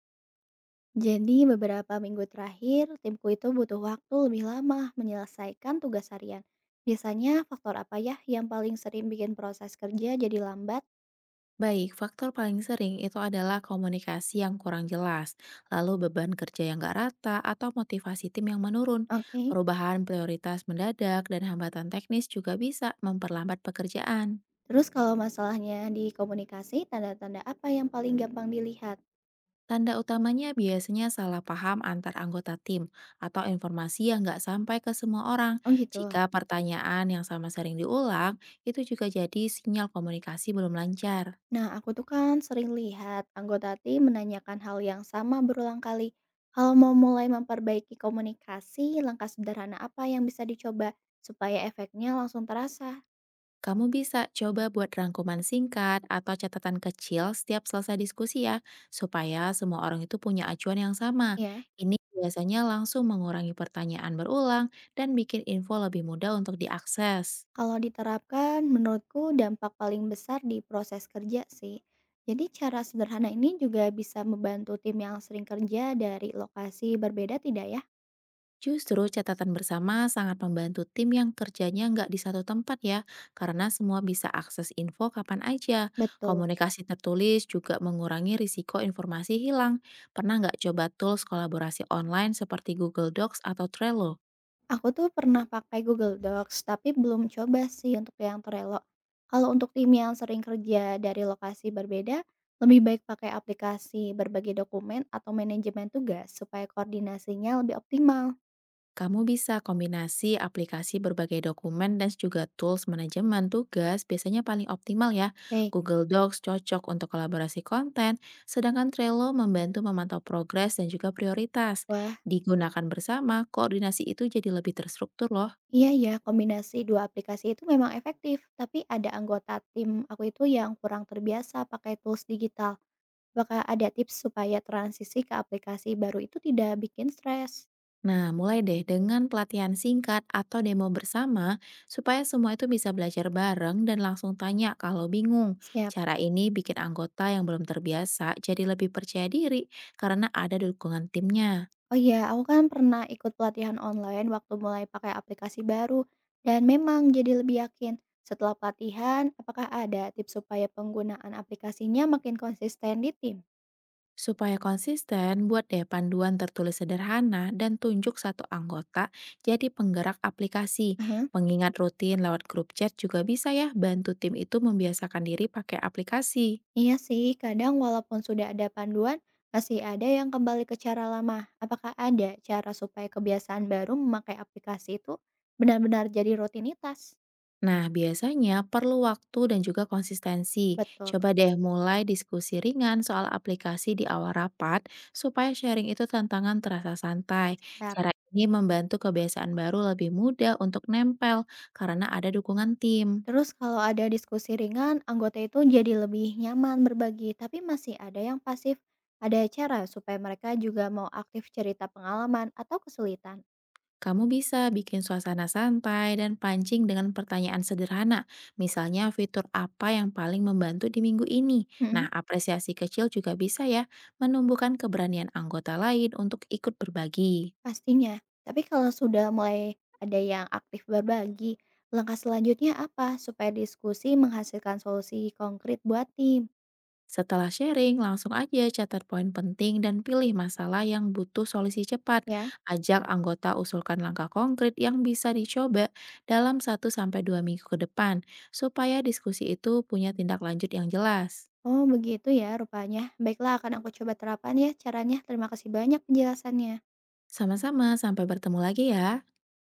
Jadi beberapa minggu terakhir, timku itu butuh waktu lebih lama menyelesaikan tugas harian. Biasanya faktor apa ya yang paling sering bikin proses kerja jadi lambat? Baik, faktor paling sering itu adalah komunikasi yang kurang jelas, lalu beban kerja yang gak rata, atau motivasi tim yang menurun. Oke. Perubahan prioritas mendadak dan hambatan teknis juga bisa memperlambat pekerjaan. Terus kalau masalahnya di komunikasi, tanda-tanda apa yang paling gampang dilihat? Tanda utamanya biasanya salah paham antar anggota tim atau informasi yang nggak sampai ke semua orang. Oh gitu. Jika pertanyaan yang sama sering diulang, itu juga jadi sinyal komunikasi belum lancar. Nah, aku tuh kan sering lihat anggota tim menanyakan hal yang sama berulang kali. Kalau mau mulai memperbaiki komunikasi, langkah sederhana apa yang bisa dicoba supaya efeknya langsung terasa? Kamu bisa coba buat rangkuman singkat atau catatan kecil setiap selesai diskusi ya, supaya semua orang itu punya acuan yang sama. Ya. Ini biasanya langsung mengurangi pertanyaan berulang dan bikin info lebih mudah untuk diakses. Kalau diterapkan, menurutku dampak paling besar di proses kerja sih. Jadi cara sederhana ini juga bisa membantu tim yang sering kerja dari lokasi berbeda tidak ya? Justru catatan bersama sangat membantu tim yang kerjanya nggak di satu tempat ya, karena semua bisa akses info kapan aja. Betul. Komunikasi tertulis juga mengurangi risiko informasi hilang. Pernah nggak coba tools kolaborasi online seperti Google Docs atau Trello? Aku tuh pernah pakai Google Docs, tapi belum coba sih untuk yang Trello. Kalau untuk tim yang sering kerja dari lokasi berbeda, lebih baik pakai aplikasi berbagi dokumen atau manajemen tugas supaya koordinasinya lebih optimal. Kamu bisa kombinasi aplikasi berbagai dokumen dan juga tools manajemen tugas biasanya paling optimal ya. Hei, Google Docs cocok untuk kolaborasi konten, sedangkan Trello membantu memantau progres dan juga prioritas. wah. Digunakan bersama, koordinasi itu jadi lebih terstruktur loh. Iya ya, kombinasi 2 aplikasi itu memang efektif, tapi ada anggota tim aku itu yang kurang terbiasa pakai tools digital. Apakah ada tips supaya transisi ke aplikasi baru itu tidak bikin stres? Nah, mulai deh dengan pelatihan singkat atau demo bersama supaya semua itu bisa belajar bareng dan langsung tanya kalau bingung. Siap. Cara ini bikin anggota yang belum terbiasa jadi lebih percaya diri karena ada dukungan timnya. Oh iya, aku kan pernah ikut pelatihan online waktu mulai pakai aplikasi baru dan memang jadi lebih yakin. Setelah pelatihan, apakah ada tips supaya penggunaan aplikasinya makin konsisten di tim? Supaya konsisten, buat deh panduan tertulis sederhana dan tunjuk satu anggota jadi penggerak aplikasi. Pengingat rutin lewat grup chat juga bisa ya bantu tim itu membiasakan diri pakai aplikasi. Iya sih, kadang walaupun sudah ada panduan, masih ada yang kembali ke cara lama. Apakah ada cara supaya kebiasaan baru memakai aplikasi itu benar-benar jadi rutinitas? Nah, biasanya perlu waktu dan juga konsistensi. Betul. Coba deh mulai diskusi ringan soal aplikasi di awal rapat, supaya sharing itu tantangan terasa santai. Tetap. Cara ini membantu kebiasaan baru lebih mudah untuk nempel karena ada dukungan tim. Terus kalau ada diskusi ringan, anggota itu jadi lebih nyaman berbagi, tapi masih ada yang pasif. Ada cara supaya mereka juga mau aktif cerita pengalaman atau kesulitan. Kamu bisa bikin suasana santai dan pancing dengan pertanyaan sederhana. Misalnya fitur apa yang paling membantu di minggu ini. Hmm. Nah, apresiasi kecil juga bisa ya menumbuhkan keberanian anggota lain untuk ikut berbagi. Pastinya, tapi kalau sudah mulai ada yang aktif berbagi, langkah selanjutnya apa supaya diskusi menghasilkan solusi konkret buat tim, Setelah sharing, langsung aja catat poin penting dan pilih masalah yang butuh solusi cepat. ya? Ajak anggota usulkan langkah konkret yang bisa dicoba dalam 1 sampai 2 minggu ke depan, supaya diskusi itu punya tindak lanjut yang jelas. Oh, begitu ya rupanya. Baiklah, akan aku coba terapkan ya caranya. Terima kasih banyak penjelasannya. Sama-sama, sampai bertemu lagi ya.